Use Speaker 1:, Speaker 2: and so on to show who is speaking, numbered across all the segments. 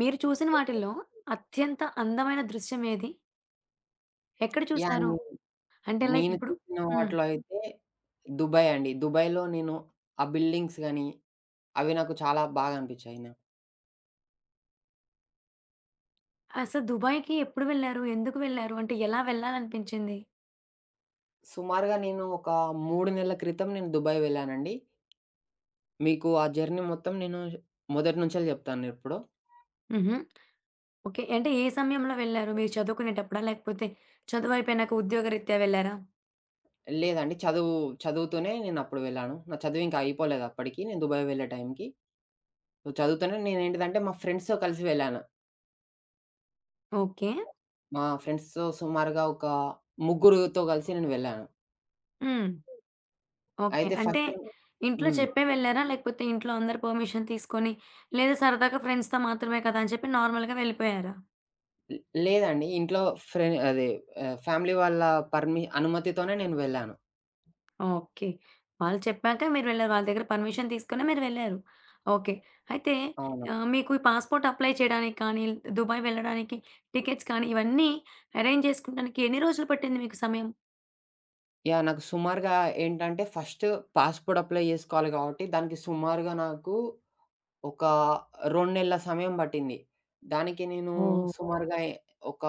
Speaker 1: మీరు చూసిన వాటిల్లో అత్యంత అందమైన దృశ్యం ఏది? ఎక్కడ చూసారు?
Speaker 2: నేను
Speaker 1: అంటే లైక్
Speaker 2: నేను
Speaker 1: ఇప్పుడు
Speaker 2: చూసిన
Speaker 1: హ్మ్.
Speaker 2: వాటిలో అయితే దుబాయ్ అండి. దుబాయ్‌లో ఆ బిల్డింగ్స్ గాని, అవి నాకు చాలా బాగా అనిపించాయి.
Speaker 1: అసలు దుబాయ్‌కి ఎప్పుడు వెళ్లారు? ఎందుకు వెళ్లారు? అంటే ఎలా వెళ్ళాలనిపించింది?
Speaker 2: సుమారుగా నేను ఒక 3 నెలల క్రితం నేను దుబాయ్ వెళ్ళానండి. మీకు ఆ జర్నీ మొత్తం నేను మొదటి నుంచెల్లి చెప్తాను ఇప్పుడు.
Speaker 1: హుహు. ఓకే. అంటే ఏ సమయంలో వెళ్లారు? మీరు చదువుకునేటప్పుడా? లేకపోతే చదువైపోయినాక ఉద్యోగరీత్యా వెళ్లారా?
Speaker 2: లేదండి, చదువుతూనే నేను అప్పుడు వెళ్ళాను. నా చదువు ఇంకా అయిపోలేదు అప్పటికి, నేను దుబాయ్ వెళ్ళే టైంకి. చదువుతూనే నేనేంటిదంటే మా ఫ్రెండ్స్‌తో కలిసి వెళ్ళాను.
Speaker 1: ఓకే.
Speaker 2: మా ఫ్రెండ్స్‌తో సుమారుగా ఒక ముగ్గురుతో కలిసి నేను వెళ్ళాను.
Speaker 1: హ్మ్. ఓకే.
Speaker 2: అయితే
Speaker 1: అంటే
Speaker 2: ఫస్ట్
Speaker 1: ఇంట్లో
Speaker 2: హ్మ్.
Speaker 1: చెప్పే వెళ్లారా? లేకపోతే ఇంట్లో అందరి పర్మిషన్ తీసుకొని లేదా సరదాగా ఫ్రెండ్స్‌తో మాత్రమే కదా! అని చెప్పి నార్మల్‌గా వెళ్ళిపోయారా?
Speaker 2: లే లేదండి. ఇంట్లో అదే, ఫ్యామిలీ వాళ్ళ అనుమతితోనే నేను వెళ్ళాను.
Speaker 1: ఓకే. వాళ్ళు చెప్పాక మీరు వెళ్లారు. వాళ్ళ దగ్గర పర్మిషన్ తీసుకునే మీరు వెళ్లారు. ఓకే. అయితే
Speaker 2: అవును.
Speaker 1: మీకు ఈ పాస్‌పోర్ట్ అప్లై చేయడానికి కానీ, దుబాయ్ వెళ్ళడానికి టికెట్స్ కానీ, ఇవన్నీ అరేంజ్ జేసుకుంటానికి ఎన్ని రోజులు పట్టింది మీకు సమయం?
Speaker 2: నాకు సుమారుగా ఏంటంటే ఫస్ట్ పాస్‌పోర్ట్ అప్లై చేసుకోవాలి కాబట్టి దానికి సుమారుగా నాకు ఒక 2 నెలల సమయం పట్టింది. దానికి నేను
Speaker 1: ఓహ్!
Speaker 2: సుమారుగా ఒక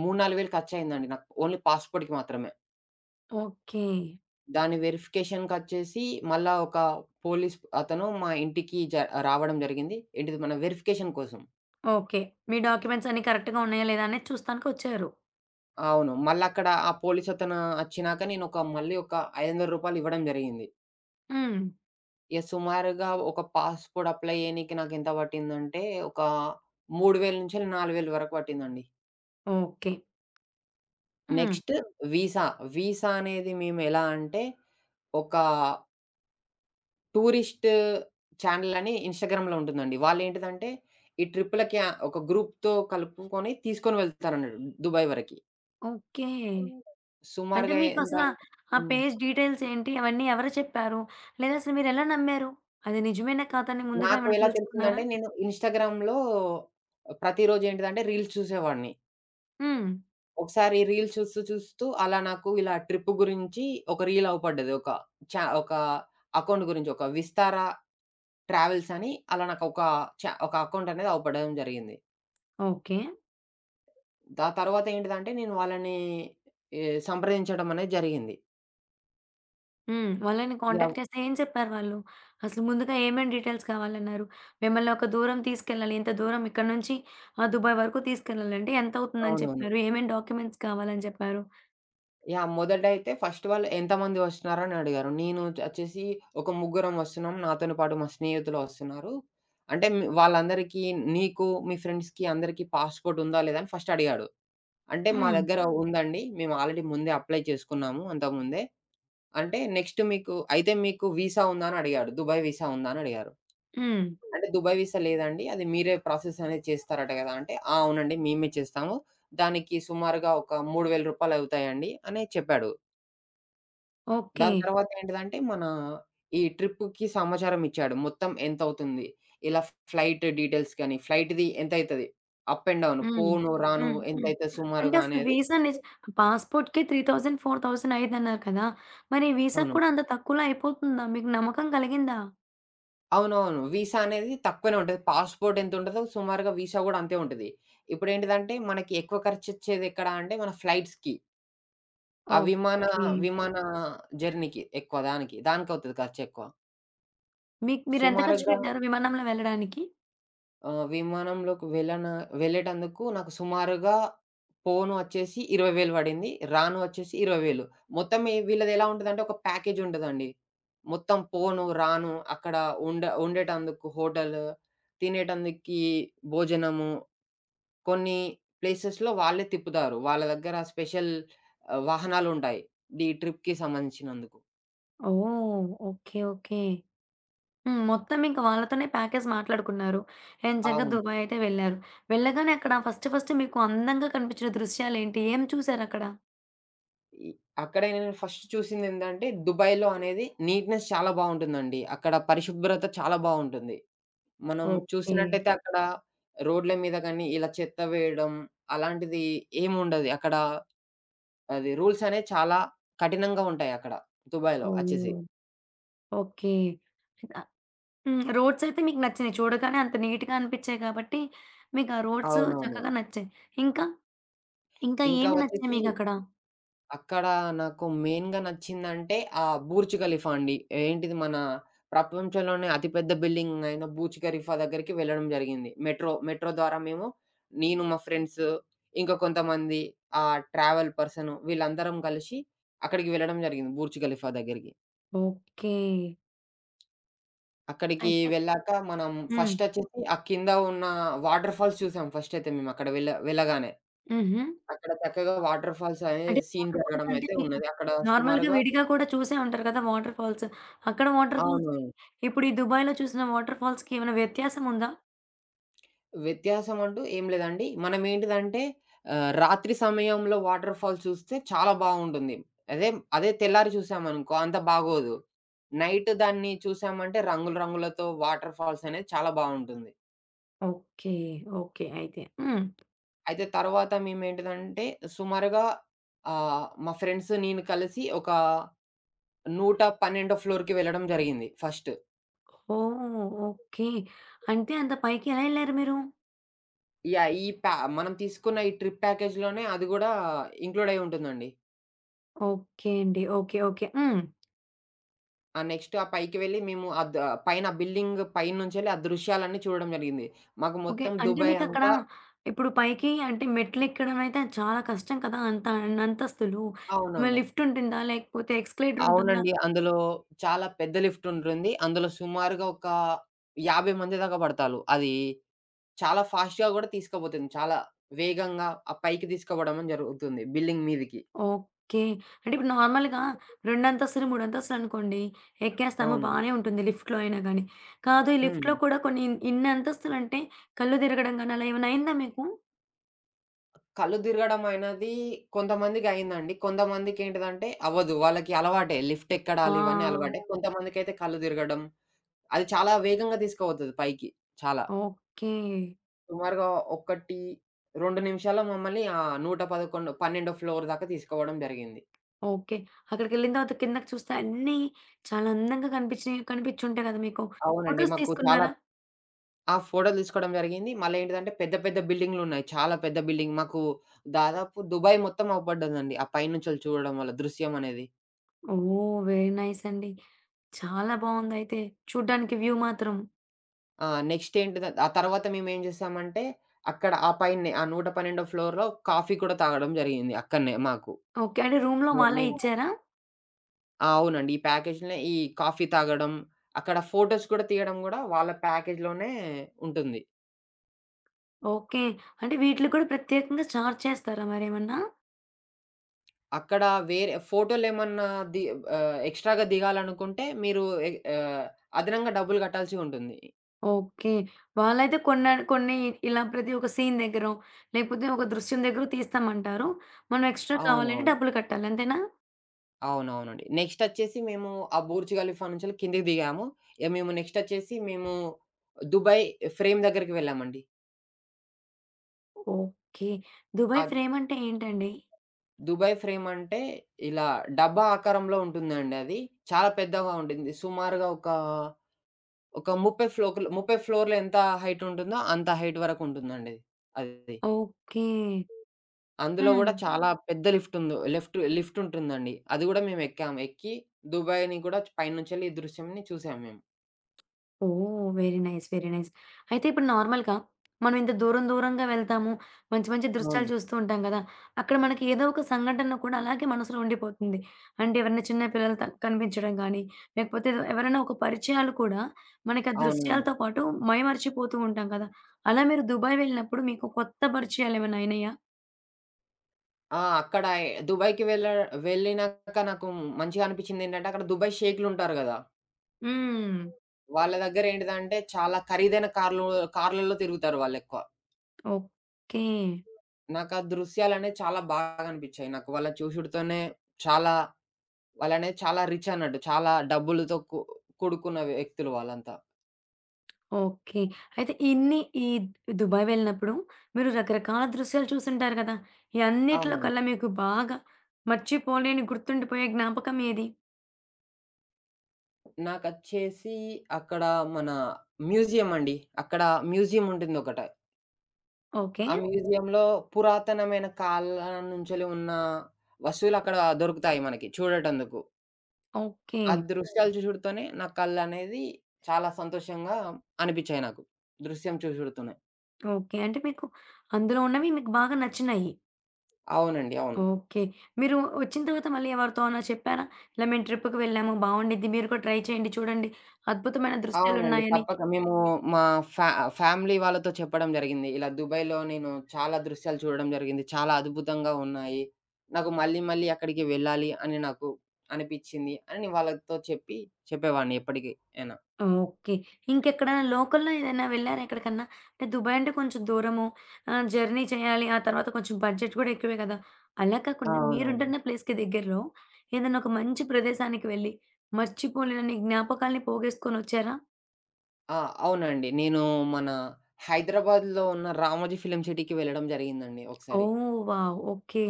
Speaker 2: 3, 4 వేలు ఖర్చయిందండి నాకు. ఓన్లీ పాస్‌పోర్ట్‌కి మాత్రమే.
Speaker 1: ఓకే.
Speaker 2: దాని వెరిఫికేషన్‌కొచ్చేసి మళ్ళా ఒక పోలీస్ అతను మా ఇంటికి రావడం జరిగింది. ఏంటిది మన వెరిఫికేషన్ కోసం.
Speaker 1: ఓకే. మీ డాక్యుమెంట్స్ అన్నీ కరెక్ట్‌గా ఉన్నాయా? లేదా? అనేది చూస్తానికొచ్చారు.
Speaker 2: అవును. మళ్ళక్కడ ఆ పోలీసతను అచ్చినాక నేనొక మళ్ళీ ఒక రూ. 500 ఇవ్వడం జరిగింది.
Speaker 1: హ్మ్.
Speaker 2: ఇగ సుమారుగా ఒక పాస్‌పోర్ట్ అప్లై చేయనీకి నాకెంత పట్టిందంటే, ఒక 3000-4000 వరకు పట్టిందండి.
Speaker 1: ఓకే. హ్మ్.
Speaker 2: Next visa. వీసా అనేది మేమెలా అంటే, ఒక టూరిస్ట్ ఛానెల్ అని ఇన్‌స్టాగ్రామ్‌లో ఉంటుందండి. వాళ్ళేంటిదంటే, ఈ ట్రిప్పులకి ఒక గ్రూప్‌తో కలుపుకొని తీసుకొని వెళ్తారన్నట్టు దుబాయ్ వరకి.
Speaker 1: ఓకే.
Speaker 2: హ్మ్.
Speaker 1: అంటే
Speaker 2: సుమారుగా ఎంత
Speaker 1: మీకసల
Speaker 2: అంటే,
Speaker 1: ఆ
Speaker 2: హ్మ్.
Speaker 1: పేజ్ డీటెయిల్స్ ఏంటి? అవన్నీ ఎవరు చెప్పారు? లేదా అసలు మీరెలా నమ్మారు? అది నిజమేనా కాదా అని ముందుగా
Speaker 2: నాకు
Speaker 1: ఏమైనా
Speaker 2: ఎలా
Speaker 1: తెలుసుకున్నారా?
Speaker 2: తెలిసిందంటే నేను ఇన్‌స్టాగ్రామ్‌లో ప్రతిరోజు ఏంటిదంటే రీల్స్ చూసేవాడిని.
Speaker 1: హ్మ్.
Speaker 2: ఒకసారి రీల్స్ చూస్తూ చూస్తూ అలా నాకు ఇలా ట్రిప్ గురించి ఒక రీల్ అవుపడ్డది. ఒక ఒక అకౌంట్ గురించి ఒక విస్తార ట్రావెల్స్ అని అలా నాకు ఒక ఒక అకౌంట్ అనేది అవుపడడం జరిగింది.
Speaker 1: ఓకే.
Speaker 2: తర్వాత ఏంటిదంటే నేను వాళ్ళని ఎ సంప్రదించడం అనేది జరిగింది.
Speaker 1: హ్మ్. వాళ్ళని
Speaker 2: యావ్
Speaker 1: కాంటాక్ట్ చేస్తే ఏం చెప్పారు వాళ్ళు? అసలు ముందుగా ఏమేం డీటెయిల్స్ కావాలన్నారు? మిమ్మల్ని ఒక దూరం తీసుకెళ్ళాలి. ఇంత దూరం ఇక్కడి నుంచి దుబాయ్ వరకు తీసుకెళ్ళాలంటే ఎంతవుతుందని
Speaker 2: అవునవును.
Speaker 1: చెప్పారు? ఏమేం డాక్యుమెంట్స్ కావాలని చెప్పారు?
Speaker 2: మొదటైతే ఫస్ట్ వాళ్ళు ఎంతమంది వస్తున్నారని అడిగారు. నేను వచ్చేసి ఒక ముగ్గురం వస్తున్నాం. నాతోని పాటు మా స్నేహితులు వస్తున్నారు. అంటే వాళ్ళందరికీ, నీకు, మీ ఫ్రెండ్స్‌కి అందరికీ పాస్‌పోర్ట్ ఉందా? లేదా? అని ఫస్ట్ అడిగాడు. అంటే మా
Speaker 1: హ్మ్.
Speaker 2: దగ్గర ఉందండి. మేము ఆల్రెడీ ముందే అప్లై చేసుకున్నాము అంతకుముందే. అంటే నెక్స్ట్ మీకు వీసా ఉందా? అని అడిగాడు. దుబాయ్ వీసా ఉందా? అని అడిగారు.
Speaker 1: హ్మ్.
Speaker 2: అంటే దుబాయ్ వీసా లేదండి. అది మీరే ప్రాసెస్ అనేది చేస్తారట కదా! అంటే ఆ! అవునండి, మేమే చేస్తాము. దానికి సుమారుగా ఒక రూ. 3000 అవుతాయండి అని చెప్పాడు.
Speaker 1: ఓకే.
Speaker 2: దాని తర్వాత ఏంటిదంటే, మన ఈ ట్రిప్పుకి సమాచారం ఇచ్చాడు. మొత్తం ఎంతవుతుంది? ఇలా ఫ్లైట్ డీటెయిల్స్ గాని, ఫ్లైట్‌ది ఎంతైతది? అప్ అండ్ డౌన్
Speaker 1: హ్మ్.
Speaker 2: పోను, రాను
Speaker 1: హ్మ్. హ్మ్.
Speaker 2: ఎంతైతది
Speaker 1: అంటే
Speaker 2: సుమారుగా
Speaker 1: అసలు
Speaker 2: అనేది.
Speaker 1: వీసా పాస్‌పోర్ట్‌కే 3000, 4000 అయ్యేదన్నారు కదా! మరి వీసాకి
Speaker 2: అవును.
Speaker 1: కూడా అంత తక్కువలో అయిపోతుందా? మీకు నమ్మకం కలిగిందా?
Speaker 2: అవునవును. వీసా అనేది తక్కువనే ఉంటది. పాస్‌పోర్ట్ ఎంతుంటదో సుమారుగా వీసా గూడా అంతే ఉంటది. ఇప్పుడేంటిదంటే, మనకి ఎక్కువ ఖర్చొచ్చేదెక్కడ అంటే, మన ఫ్లైట్స్‌కి. ఆ విమాన
Speaker 1: ఓకే.
Speaker 2: విమాన జర్నీకి ఎక్కువ దానికి. దానికవుతది ఖర్చు ఎక్కువ. ఓకే.
Speaker 1: మీకు మీరెంత ఖర్చు
Speaker 2: సుమారుగా
Speaker 1: పెట్టారు విమానంలో వెళ్ళడానికి?
Speaker 2: విమానంలోకి వెళ్ళన వెళ్ళేటందుకు నాకు సుమారుగా పోను వచ్చేసి 20,000 పడింది. రాను వచ్చేసి 20,000. మొత్తం ఈ వీళ్ళదెలా ఉంటదంటే ఒక ప్యాకేజ్ ఉంటదండి. మొత్తం పోను, రాను అక్కడ ఉండేటందుకు హోటలు, తినేటందుకి భోజనము, కొన్ని ప్లేసెస్‌లో వాళ్ళే తిప్పుతారు. వాళ్ళ దగ్గర స్పెషల్ వాహనాలుంటాయి, ఈ ట్రిప్‌కి సంబంధించినందుకు.
Speaker 1: ఓహ్! ఓకే. ఓకే. హ్మ్. మొత్తం ఇంక వాళ్ళతోనే ప్యాకేజ్ మాట్లాడుకున్నారు. ఎంచక్కా
Speaker 2: అవును.
Speaker 1: దుబాయ్ అయితే వెళ్లారు. వెళ్ళగానే అక్కడ ఫస్ట్ ఫస్ట్ మీకు అందంగా కనిపించిన దృశ్యాలేంటి? ఏం చూసారక్కడ?
Speaker 2: ఈ అక్కడ నేను ఫస్ట్ చూసిందేందంటే, దుబాయ్‌లో అనేది నీట్‌నెస్ చాలా బావుంటుందండి. అక్కడ పరిశుభ్రత చాలా బావుంటుంది. మనం
Speaker 1: ఓకే.
Speaker 2: చూసినట్టయితే ఓకే, అక్కడ రోడ్ల మీద గాని, ఇలా చెత్త వేయడం అలాంటిది ఏముండదు. అక్కడ అది రూల్స్ అనేవి చాలా కఠినంగా ఉంటాయక్కడ, దుబాయ్‌లో అచ్చేసి.
Speaker 1: ఓహ్!
Speaker 2: ఓకే.
Speaker 1: ఓకే. ఆ! హ్మ్. రోడ్స్ అయితే మీకు నచ్చినియి. చూడగానే అంత నీట్‌గా అనిపించాయి కాబట్టి మీకు ఆ రోడ్స్
Speaker 2: అవునవును.
Speaker 1: చక్కగా నచ్చాయి. ఇంకా? ఇంకా
Speaker 2: ఇంకా
Speaker 1: ఏమి నచ్చాయి
Speaker 2: వచ్చేసి
Speaker 1: మీకక్కడ?
Speaker 2: అక్కడ నాకు మెయిన్‌గా నచ్చిందంటే, ఆ బుర్జ్ ఖలీఫా అండి. ఏంటిది మన ప్రపంచంలోనే అతిపెద్ద బిల్డింగ్ అయిన బుర్జ్ ఖలీఫా దగ్గరికి వెళ్ళడం జరిగింది. మెట్రో ద్వారా మేము, నేను, మా ఫ్రెండ్స్, ఇంకా కొంతమంది ట్రావెల్ పర్సన్, వీళ్ళందరం కలిసి అక్కడికి వెళ్ళడం జరిగింది బుర్జ్ ఖలీఫా దగ్గరికి.
Speaker 1: ఓకే.
Speaker 2: అక్కడికి
Speaker 1: అయితే
Speaker 2: వెళ్ళాక మనం
Speaker 1: హ్మ్.
Speaker 2: ఫస్ట్ వచ్చేసి ఆ కింద ఉన్న వాటర్ ఫాల్స్ చూసాం ఫస్ట్ అయితే మేము అక్కడ వెళ్ళగానే.
Speaker 1: హుహు.
Speaker 2: అక్కడ చక్కగా వాటర్ ఫాల్స్ అనే
Speaker 1: అంటే
Speaker 2: సీన్
Speaker 1: వాటర్ ఫాల్స్
Speaker 2: జరగడం
Speaker 1: అంటే
Speaker 2: అయితే
Speaker 1: మీకు
Speaker 2: ఉన్నది. అక్కడ
Speaker 1: నార్మల్‌గా
Speaker 2: సుమారుగా
Speaker 1: విడిగా కూడా చూసే ఉంటారు కదా! Water falls. అక్కడ వాటర్
Speaker 2: అవును.
Speaker 1: ఫాల్స్‌కి ఇప్పుడు ఈ దుబాయ్‌లో చూసిన వాటర్ ఫాల్స్‌కి ఏమైనా వ్యత్యాసం ఉందా?
Speaker 2: వ్యత్యాసం అంటూ ఏం లేదండి. మనమేంటిదంటే రాత్రి సమయంలో వాటర్ ఫాల్ చూస్తే చాలా బావుంటుంది. అదే అదే తెల్లారి చూసామనుకో అంత బాగోదు. నైట్ దాన్ని చూసామంటే రంగులు రంగులతో వాటర్ ఫాల్స్ అనేది చాలా బావుంటుంది.
Speaker 1: ఓకే. ఓకే. అయితే. హ్మ్.
Speaker 2: అయితే తర్వాత మేమేంటిదంటే సుమారుగా, మా ఫ్రెండ్స్ నేను కలిసి ఒక 112 ఫ్లోర్‌కి వెళ్ళడం జరిగింది ఫస్ట్.
Speaker 1: ఓహ్! ఓకే. అంటే అంత పైకి ఎలా ఎళ్లారు మీరు?
Speaker 2: ఈ పా మనం తీసుకున్న ఈ ట్రిప్ ప్యాకేజ్‌లోనే అది గూడా ఇంక్లూడ్ అయ్యి ఉంటుందండి.
Speaker 1: ఓకే అండి. ఓకే. ఓకే. హ్మ్.
Speaker 2: ఆ! నెక్స్ట్ ఆ పైకి వెళ్లి మేము అద్ పైన ఆ బిల్డింగ్ పైనుంచెళ్ళి ఆ దృశ్యాలన్నీ చూడడం జరిగింది. మాకు
Speaker 1: ఓకే.
Speaker 2: మొత్తం
Speaker 1: అంటే
Speaker 2: దుబాయ్
Speaker 1: మీకక్కడ
Speaker 2: అంతా
Speaker 1: ఇప్పుడు పైకి అంటే మెట్లెక్కడం అయితే చాలా కష్టం కదా! అంత అంతస్తులు. మరి
Speaker 2: అవునవును.
Speaker 1: లిఫ్ట్ ఉంటుందా? లేకపోతే ఎక్స్‌కలేటర్ ఉంటుందా?
Speaker 2: అవునండి. అందులో చాలా పెద్ద లిఫ్ట్ ఉంటుంది. అందులో సుమారుగా ఒక 50 మంది దాకా పడతాలు. అది చాలా ఫాస్ట్‌గా గూడా తీసుకుపోతుంది. చాలా వేగంగా ఆ పైకి తీసుకుపోవడం అని జరుగుతుంది, బిల్డింగ్ మీదకి.
Speaker 1: ఓకే. అంటే ఇప్పుడు నార్మల్‌గా రెండంతస్తులు, మూడంతస్తులు అనుకోండి ఎక్కేస్తాము
Speaker 2: అవును.
Speaker 1: బానే ఉంటుంది లిఫ్ట్‌లో అయినా గానీ. కాదు ఈ
Speaker 2: హ్మ్.
Speaker 1: లిఫ్ట్‌లో కూడా కొన్ని ఇన్ని అంతస్తులంటే కళ్ళు తిరగడం గానీ అలా ఏమైనా అయిందా మీకు?
Speaker 2: కళ్ళు తిరగడం అయినది కొంతమందికయిందండి. కొంతమందికేంటిదంటే అవ్వదు. వాళ్ళకి అలవాటే, లిఫ్ట్
Speaker 1: ఆ!
Speaker 2: ఎక్కడాలు ఇవన్నీ అలవాటే. కొంతమందికైతే కళ్ళు తిరగడం అది చాలా వేగంగా తీసుకుపోతది పైకి. చాలా.
Speaker 1: ఓకే.
Speaker 2: సుమారుగా 1, 2 నిమిషాల్లో మమ్మల్ని 111, 12వ ఫ్లోర్ దాకా తీసుకోవడం జరిగింది.
Speaker 1: ఓకే. అక్కడికెళ్ళిన తర్వాత కిందకి చూస్తే అన్నీ చాలా అందంగా కనిపించినయి కనిపించుంటాయి కదా మీకు.
Speaker 2: అవునండి.
Speaker 1: ఫోటోస్
Speaker 2: మాకు చాలా.
Speaker 1: తీసుకున్నారా?
Speaker 2: ఆ! ఫోటోలు తీసుకోవడం జరిగింది. మళ్ళీ ఏంటిదంటే పెద్ద పెద్ద బిల్డింగులున్నాయి. చాలా పెద్ద బిల్డింగ్. మాకు దాదాపు దుబాయ్ మొత్తం అవుపడ్డదండి ఆ పైనుంచెళ్ళి చూడడం వల్ల, దృశ్యం అనేది.
Speaker 1: ఓహ్! వెరీ నైస్ అండి. చాలా బావుందయితే చూడ్డానికి వ్యూ మాత్రం.
Speaker 2: ఆ! నెక్స్ట్ ఆ తర్వాత మేమేం చేసామంటే అక్కడ ఆ పైన్నే ఆ 112వ ఫ్లోర్‌లో కాఫీ కూడా తాగడం జరిగింది అక్కడనే మాకు.
Speaker 1: ఓకే. అంటే రూమ్‌లో వాళ్ళే
Speaker 2: నేను
Speaker 1: ఇచ్చారా?
Speaker 2: ఆ! అవునండి. ఈ ప్యాకేజ్‌లోనే ఈ కాఫీ తాగడం, అక్కడ ఫోటోస్ కూడా తీయడం గూడా వాళ్ళ ప్యాకేజ్‌లోనే ఉంటుంది.
Speaker 1: ఓకే. అంటే వీటిలికి కూడా ప్రత్యేకంగా చార్జ్ చేస్తారా మరేమన్నా?
Speaker 2: అక్కడ వేరే ఫోటోలేమన్నా ది ఎక్స్‌ట్రా‌గా దిగాలనుకుంటే మీరు అదనంగా డబ్బులు కట్టాల్సి ఉంటుంది.
Speaker 1: ఓకే. వాళ్ళైతే కొన్ని ఇలా ప్రతి ఒక్క సీన్ దగ్గరో, లేకపోతే ఒక దృశ్యం దగ్గరో తీస్తామంటారు. మనం ఎక్స్‌ట్రా కావాలంటే
Speaker 2: అవునవును.
Speaker 1: డబ్బులు కట్టాలి అంతేనా?
Speaker 2: అవునవునండి. నెక్స్టొచ్చేసి మేము ఆ బుర్జ్ ఖలీఫా నుంచెల్లి కిందకి దిగాము. ఇగ మేము నెక్స్టొచ్చేసి మేము దుబాయ్ ఫ్రేమ్ దగ్గరికి వెళ్ళామండి.
Speaker 1: ఓకే.
Speaker 2: ఆ
Speaker 1: దుబాయ్ ఫ్రేమ్ అంటే ఏంటండి?
Speaker 2: దుబాయ్ ఫ్రేమ్ అంటే ఇలా డబ్బా ఆకారంలో ఉంటుందండి అది. చాలా పెద్దగా ఉంటుంది. సుమారుగా ఒక ఒక 30 ఫ్లోర్‌లు ఎంత హైట్ ఉంటుందో అంత హైట్ వరకు ఉంటుందండి అది.
Speaker 1: ఓకే.
Speaker 2: అందులో
Speaker 1: హ్మ్.
Speaker 2: గూడా చాలా పెద్ద లిఫ్ట్ ఉంది. లిఫ్ట్ ఉంటుందండి. అది గూడా మేము ఎక్కాము. ఎక్కి దుబాయ్‌ని గూడా పైనుంచెళ్ళి ఈ దృశ్యంని చూసాము మేము.
Speaker 1: Oh! Very nice. Very nice. అయితే ఇప్పుడు నార్మల్‌గా మనం ఇంత దూరం దూరంగా వెళ్తాము. మంచి మంచి దృశ్యాలు
Speaker 2: అవును.
Speaker 1: చూస్తూ ఉంటాం కదా! అక్కడ మనకి ఏదో ఒక సంఘటన కూడా అలాగే మనసులో ఉండిపోతుంది. అంటే ఎవరైనా చిన్న పిల్లలు కనిపించడం గానీ, లేకపోతే ఏదో ఎవరైనా ఒక పరిచయాలు కూడా మనకి ఆ
Speaker 2: అవునవును.
Speaker 1: దృశ్యాలతో పాటు మైమరిచిపోతూ ఉంటాం కదా! అలా మీరు దుబాయ్ వెళ్ళినప్పుడు మీకు కొత్త పరిచయాలేమైనా అయినాయా?
Speaker 2: ఆ! అక్కడ దుబాయ్‌కి వెళ్ళినాక నాకు మంచిగా అనిపించింది ఏంటంటే అక్కడ దుబాయ్ షేక్‌లు ఉంటారు గదా!
Speaker 1: హ్మ్.
Speaker 2: వాళ్ళ దగ్గర ఏంటిదంటే చాలా ఖరీదైన కార్లలో తిరుగుతారు వాళ్ళెక్కువ.
Speaker 1: ఓకే.
Speaker 2: నాకు ఆ దృశ్యాలనేవి చాలా బాగా అనిపించాయి. నాకు వాళ్ళ చూసుడుతోనే చాలా, వాళ్ళనేది చాలా రిచ్ అన్నట్టు. చాలా డబ్బులతో కూడుకున్న వ్యక్తులు వాళ్ళంతా.
Speaker 1: ఓకే. అయితే ఇన్ని ఈ దుబాయ్ వెళ్ళినప్పుడు మీరు రకరకాల దృశ్యాలు చూసుంటారు కదా! ఈ అన్నిట్లో
Speaker 2: అవునండి.
Speaker 1: కల్లా మీకు బాగా మర్చిపోలేని గుర్తుండిపోయే జ్ఞాపకం ఏది?
Speaker 2: నాకచ్చేసి అక్కడ మన మ్యూజియం అండి. అక్కడ మ్యూజియం ఉంటుందొకట.
Speaker 1: ఓకే.
Speaker 2: ఆ మ్యూజియంలో పురాతనమైన కాలం నుంచెల్లి ఉన్న వస్తువులక్కడ దొరుకుతాయి మనకి చూడటందుకు.
Speaker 1: ఓకే.
Speaker 2: ఆ దృశ్యాలు చూసుడుతోనే నా కళ్ళనేది చాలా సంతోషంగా అనిపిచ్చాయి నాకు, దృశ్యం చూసుడుతోనే.
Speaker 1: ఓకే. అంటే మీకు అందులో ఉన్నవి మీకు బాగా నచ్చినాయి.
Speaker 2: అవునండి, అవును.
Speaker 1: ఓకే. మీరు వచ్చిన తర్వాత మళ్ళీ ఎవరితోనా చెప్పారా? ఇలా మేము ట్రిప్‌కి వెళ్ళాము బావుండిద్ది. మీరు కూడా ట్రై చేయండి చూడండి. అద్భుతమైన
Speaker 2: అవునండి,
Speaker 1: దృశ్యాలున్నాయని.
Speaker 2: తప్పక. మేము మా ఫ్యా ఫ్యామిలీ వాళ్ళతో చెప్పడం జరిగింది. ఇలా దుబాయ్‌లో నేను చాలా దృశ్యాలు చూడడం జరిగింది. చాలా అద్భుతంగా ఉన్నాయి. నాకు మళ్ళీ మళ్ళీ అక్కడికి వెళ్ళాలి అని నాకు అనిపిచ్చింది అని నేను వాళ్ళతో చెప్పేవాడిని ఎప్పటికి అయినా.
Speaker 1: ఓకే. ఇంకెక్కడైనా లోకల్‌లో ఏదైనా వెళ్లారా ఎక్కడికన్నా? అంటే దుబాయ్ అంటే కొంచెం దూరము. జర్నీ చేయాలి. ఆ తర్వాత కొంచెం బడ్జెట్ గూడా ఎక్కువే గదా! అలా కాకుండా
Speaker 2: అవునవును.
Speaker 1: మీరుంటున్న ప్లేస్‌కి దగ్గరలో ఏదైనా ఒక మంచి ప్రదేశానికి వెళ్లి, మర్చిపోలేనన్ని జ్ఞాపకాల్ని పోగేసుకొనొచ్చారా?
Speaker 2: ఆ! అవునండి. నేను మన హైదరాబాద్‌లో ఉన్న 'రామోజీ ఫిల్మ్ సిటీకి' వెళ్ళడం జరిగిందండి ఒకసారి.
Speaker 1: ఓహ్! వావ్! ఓకే.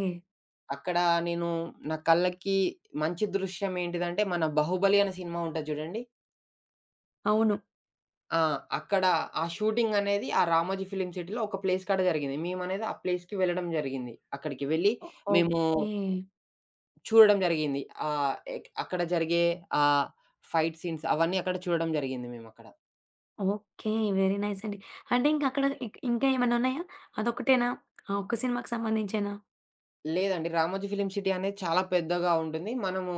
Speaker 2: అక్కడ నేను నా కళ్ళకి మంచి దృశ్యం ఏంటిదంటే మన 'బాహుబలి' అనే సినిమా ఉంటది చూడండి.
Speaker 1: అవును.
Speaker 2: ఆ! అక్కడ ఆ షూటింగ్ అనేది ఆ 'రామోజీ ఫిల్మ్ సిటీలో' ఒక ప్లేస్ కాడ జరిగింది. మేమనేది ఆ ప్లేస్‌కి వెళ్ళడం జరిగింది. అక్కడికి వెళ్ళి మేము
Speaker 1: ఓకే.
Speaker 2: చూడడం జరిగింది. ఆహ్, ఎక్ అక్కడ జరిగే ఆహ్, ఫైట్ సీన్స్ అవన్నీ అక్కడ చూడడం జరిగింది మేమక్కడ.
Speaker 1: ఓకే. వెరీ నైస్ అండి. అంటే ఇంకక్కడ ఇంకా ఏమన్నా ఉన్నాయా? అదొక్కటేనా? ఆ ఒక్క సినిమాకి సంబంధించేనా?
Speaker 2: లేదండి, 'రామోజీ ఫిల్మ్ సిటీ' అనేది చాలా పెద్దగా ఉంటుంది. మనము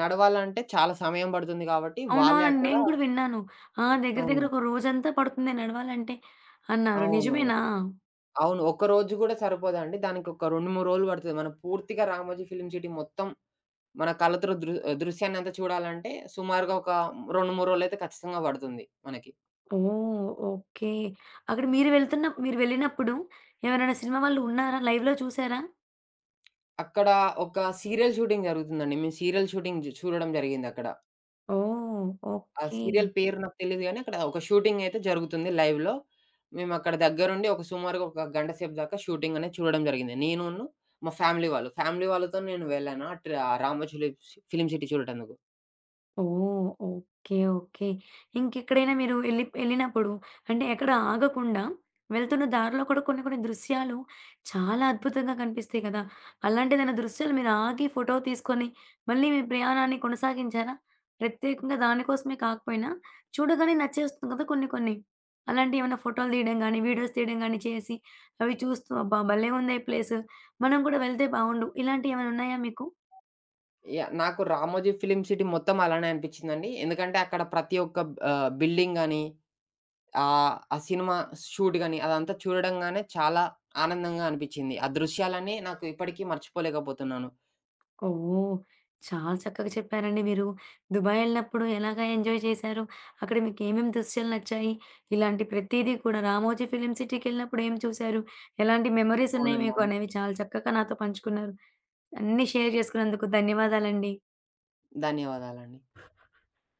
Speaker 2: నడవాలంటే చాలా సమయం పడుతుంది కాబట్టి వాళ్ళే
Speaker 1: అవునవునండి.
Speaker 2: అక్కడ
Speaker 1: నేను కూడా విన్నాను. ఆ! దగ్గర దగ్గర
Speaker 2: అవును.
Speaker 1: ఒక రోజంతా పడుతుంది నడవాలంటే అన్నారు.
Speaker 2: అవును.
Speaker 1: నిజమేనా?
Speaker 2: అవును. ఒక్కరోజు గూడా సరిపోదండి. దానికొక 2, 3 రోజులు పడతది. మనం పూర్తిగా 'రామోజీ ఫిల్మ్ సిటీ' మొత్తం మన కళ్ళతో దృశ్యాన్నంతా చూడాలంటే సుమారుగా ఒక 2, 3 రోజులైతే ఖచ్చితంగా పడుతుంది మనకి.
Speaker 1: ఓహ్! ఓకే. అక్కడ మీరు వెళ్ళినప్పుడు ఎవరైనా సినిమా వాళ్ళు ఉన్నారా? లైవ్‌లో చూసారా?
Speaker 2: అక్కడ ఒక సీరియల్ షూటింగ్ జరుగుతుందండి. మేము సీరియల్ షూటింగ్ చూడడం జరిగిందక్కడ.
Speaker 1: ఓహ్!
Speaker 2: ఆ
Speaker 1: ఓకే.
Speaker 2: సీరియల్ పేరు నాకు తెలీదు గానీ, అక్కడ ఒక షూటింగ్ అయితే జరుగుతుంది లైవ్‌లో. మేమక్కడ దగ్గరుండి ఒక సుమారుగా ఒక గంట సేపు దాకా షూటింగ్ అనేది చూడడం జరిగింది. నేనును మా ఫ్యామిలీ వాళ్ళు. ఫ్యామిలీ వాళ్ళతో నేను వెళ్ళాను అటు ఆ 'రామోజీ లివ్ ఫిల్మ్ సిటీ' చూడటందుకు.
Speaker 1: ఓహ్! ఓకే. ఓకే. ఇంకెక్కడైనా మీరు ఎళ్ళినప్పుడు అంటే ఎక్కడ ఆగకుండా వెళ్తున్న దారిలో కూడా కొన్ని కొన్ని దృశ్యాలు చాలా అద్భుతంగా కనిపిస్తాయి కదా! అలాంటిదేమైనా దృశ్యాలు మీరు ఆగి ఫోటో తీసుకొని మళ్ళీ మీ ప్రయాణాన్ని కొనసాగించారా? ప్రత్యేకంగా దాని కోసమే కాకపోయినా చూడగానే నచ్చేస్తుంది కదా కొన్ని కొన్ని. అలాంటివి ఏమైనా ఫోటోలు తీయడం గానీ, వీడియోస్ తీయడం గానీ చేసి అవి చూస్తూ అబ్బా! భలే ఉందే ప్లేసు. మనం కూడా వెళ్తే బావుండు. ఇలాంటివి ఏమైనా ఉన్నాయా మీకు?
Speaker 2: నాకు 'రామోజీ ఫిల్మ్ సిటీ' మొత్తం అలానే అనిపించిందండి. ఎందుకంటే అక్కడ ప్రతి ఒక్క బిల్డింగ్ గాని, ఆ సినిమా షూట్ గాని, అదంతా చూడంగానే చాలా ఆనందంగా అనిపిచ్చింది. ఆ దృశ్యాలన్నీ నాకు ఇప్పటికీ మర్చిపోలేకపోతున్నాను.
Speaker 1: ఓహ్! చాలా చక్కగా చెప్పారండి మీరు. దుబాయ్ ఎళ్ళినప్పుడు ఎలాగా ఎంజాయ్ చేశారు? అక్కడ మీకేమేమి దృశ్యాలు నచ్చాయి? ఇలాంటి ప్రతీదీ కూడా 'రామోజీ ఫిల్మ్ సిటీ'కెళ్ళినప్పుడు ఏం చూశారు? ఎలాంటి మెమోరీస్ ఉన్నాయి
Speaker 2: అవునండి,
Speaker 1: మీకు
Speaker 2: అవును.
Speaker 1: అనేవి చాలా చక్కగా నాతో పంచుకున్నారు. అన్నీ షేర్ చేసుకున్నందుకు ధన్యవాదాలండి.
Speaker 2: ధన్యవాదాలండి.